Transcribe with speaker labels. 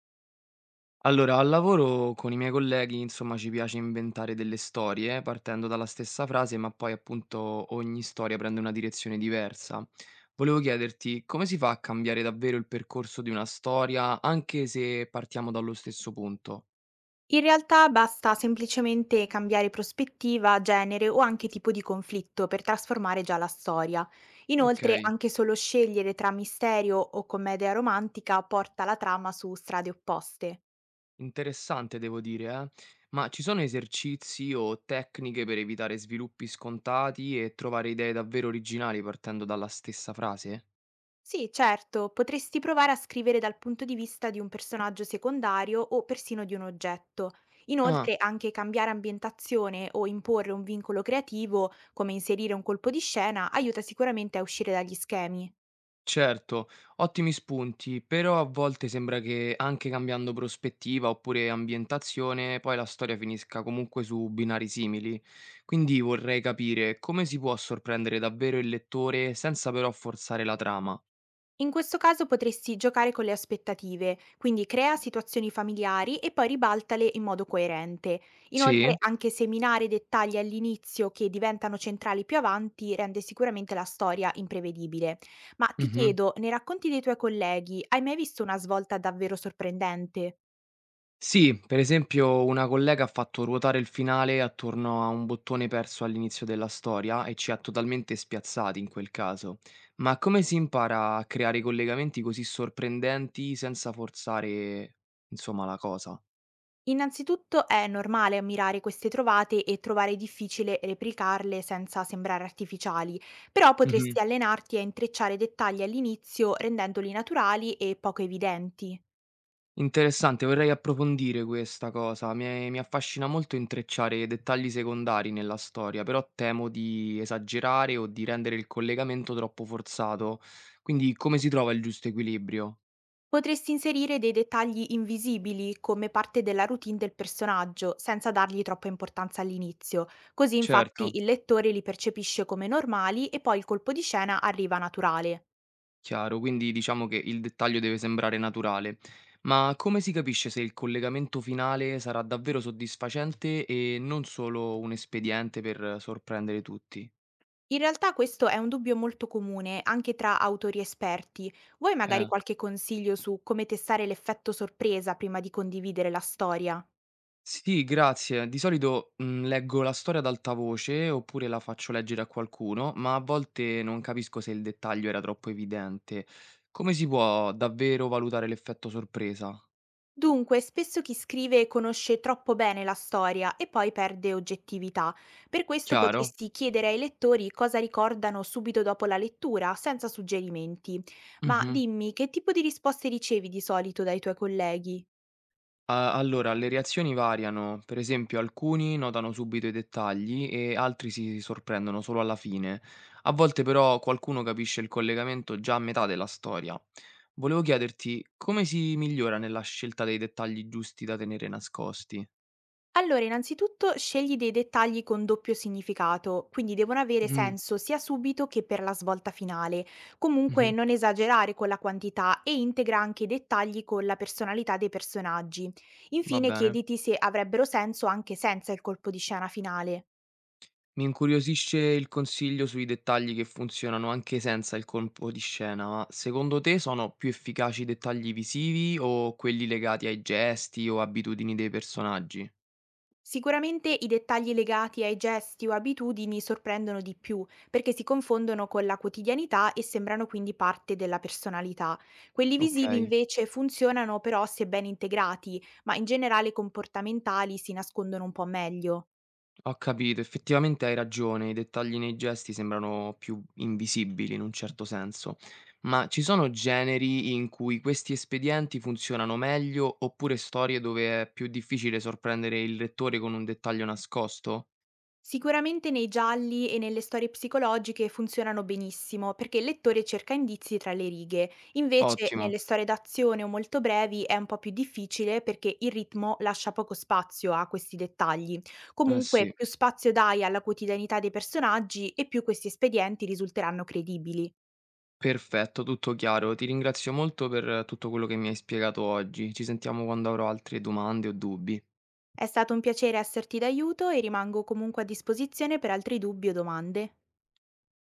Speaker 1: Allora, al lavoro con i miei colleghi, insomma, ci piace inventare delle storie partendo dalla stessa frase, ma poi appunto ogni storia prende una direzione diversa. Volevo chiederti come si fa a cambiare davvero il percorso di una storia, anche se partiamo dallo stesso punto?
Speaker 2: In realtà basta semplicemente cambiare prospettiva, genere o anche tipo di conflitto per trasformare già la storia.
Speaker 1: Ok,
Speaker 2: Inoltre, anche solo scegliere tra misterio o commedia romantica porta la trama su strade opposte.
Speaker 1: interessante devo dire, eh? Ma ci sono esercizi o tecniche per evitare sviluppi scontati e trovare idee davvero originali partendo dalla stessa frase?
Speaker 2: Sì, certo, potresti provare a scrivere dal punto di vista di un personaggio secondario o persino di un oggetto.
Speaker 1: Ah,
Speaker 2: Inoltre, anche cambiare ambientazione o imporre un vincolo creativo, come inserire un colpo di scena, aiuta sicuramente a uscire dagli schemi.
Speaker 1: certo, ottimi spunti, però a volte sembra che anche cambiando prospettiva oppure ambientazione, poi la storia finisca comunque su binari simili. Quindi vorrei capire come si può sorprendere davvero il lettore senza però forzare la trama.
Speaker 2: In questo caso potresti giocare con le aspettative, quindi crea situazioni familiari e poi ribaltale in modo coerente.
Speaker 1: Sì?
Speaker 2: Inoltre, anche seminare dettagli all'inizio che diventano centrali più avanti rende sicuramente la storia imprevedibile. Ma ti
Speaker 1: Mhm.
Speaker 2: chiedo, nei racconti dei tuoi colleghi, hai mai visto una svolta davvero sorprendente?
Speaker 1: Sì, per esempio una collega ha fatto ruotare il finale attorno a un bottone perso all'inizio della storia e ci ha totalmente spiazzati in quel caso. Ma come si impara a creare collegamenti così sorprendenti senza forzare, insomma, la cosa?
Speaker 2: Innanzitutto è normale ammirare queste trovate e trovare difficile replicarle senza sembrare artificiali, però
Speaker 1: Mhm.
Speaker 2: potresti allenarti a intrecciare dettagli all'inizio rendendoli naturali e poco evidenti.
Speaker 1: Interessante, vorrei approfondire questa cosa. Mi affascina molto intrecciare dettagli secondari nella storia, però temo di esagerare o di rendere il collegamento troppo forzato. Quindi come si trova il giusto equilibrio?
Speaker 2: Potresti inserire dei dettagli invisibili come parte della routine del personaggio, senza dargli troppa importanza all'inizio, così infatti
Speaker 1: Certo.
Speaker 2: il lettore li percepisce come normali e poi il colpo di scena arriva naturale.
Speaker 1: Chiaro, quindi diciamo che il dettaglio deve sembrare naturale. Ma come si capisce se il collegamento finale sarà davvero soddisfacente e non solo un espediente per sorprendere tutti?
Speaker 2: In realtà questo è un dubbio molto comune anche tra autori esperti. Vuoi magari
Speaker 1: Eh,
Speaker 2: qualche consiglio su come testare l'effetto sorpresa prima di condividere la storia?
Speaker 1: sì, grazie. Di solito leggo la storia ad alta voce oppure la faccio leggere a qualcuno, ma a volte non capisco se il dettaglio era troppo evidente. Come si può davvero valutare l'effetto sorpresa?
Speaker 2: Dunque, spesso chi scrive conosce troppo bene la storia e poi perde oggettività. Per questo
Speaker 1: Chiaro?
Speaker 2: potresti chiedere ai lettori cosa ricordano subito dopo la lettura, senza suggerimenti. Ma
Speaker 1: Mhm.
Speaker 2: dimmi, che tipo di risposte ricevi di solito dai tuoi colleghi?
Speaker 1: A allora, le reazioni variano, per esempio alcuni notano subito i dettagli e altri si sorprendono solo alla fine. A volte però qualcuno capisce il collegamento già a metà della storia. Volevo chiederti come si migliora nella scelta dei dettagli giusti da tenere nascosti?
Speaker 2: Allora, innanzitutto scegli dei dettagli con doppio significato, quindi devono avere
Speaker 1: Mm,
Speaker 2: senso sia subito che per la svolta finale. Comunque
Speaker 1: mhm.
Speaker 2: non esagerare con la quantità e integra anche i dettagli con la personalità dei personaggi.
Speaker 1: Va
Speaker 2: Infine
Speaker 1: bene.
Speaker 2: chiediti se avrebbero senso anche senza il colpo di scena finale.
Speaker 1: Mi incuriosisce il consiglio sui dettagli che funzionano anche senza il colpo di scena, ma secondo te sono più efficaci i dettagli visivi o quelli legati ai gesti o abitudini dei personaggi?
Speaker 2: Sicuramente i dettagli legati ai gesti o abitudini sorprendono di più, perché si confondono con la quotidianità e sembrano quindi parte della personalità. Quelli visivi
Speaker 1: Okay,
Speaker 2: invece funzionano però se ben integrati, ma in generale comportamentali si nascondono un po' meglio.
Speaker 1: ho capito, effettivamente hai ragione, i dettagli nei gesti sembrano più invisibili in un certo senso, ma ci sono generi in cui questi espedienti funzionano meglio oppure storie dove è più difficile sorprendere il lettore con un dettaglio nascosto?
Speaker 2: Sicuramente nei gialli e nelle storie psicologiche funzionano benissimo perché il lettore cerca indizi tra le righe, invece nelle
Speaker 1: Ottimo,
Speaker 2: storie d'azione o molto brevi è un po' più difficile perché il ritmo lascia poco spazio a questi dettagli.
Speaker 1: eh
Speaker 2: Comunque
Speaker 1: sì.
Speaker 2: più spazio dai alla quotidianità dei personaggi e più questi espedienti risulteranno credibili.
Speaker 1: Perfetto, tutto chiaro. Ti ringrazio molto per tutto quello che mi hai spiegato oggi. Ci sentiamo quando avrò altre domande o dubbi.
Speaker 2: È stato un piacere esserti d'aiuto e rimango comunque a disposizione per altri dubbi o domande.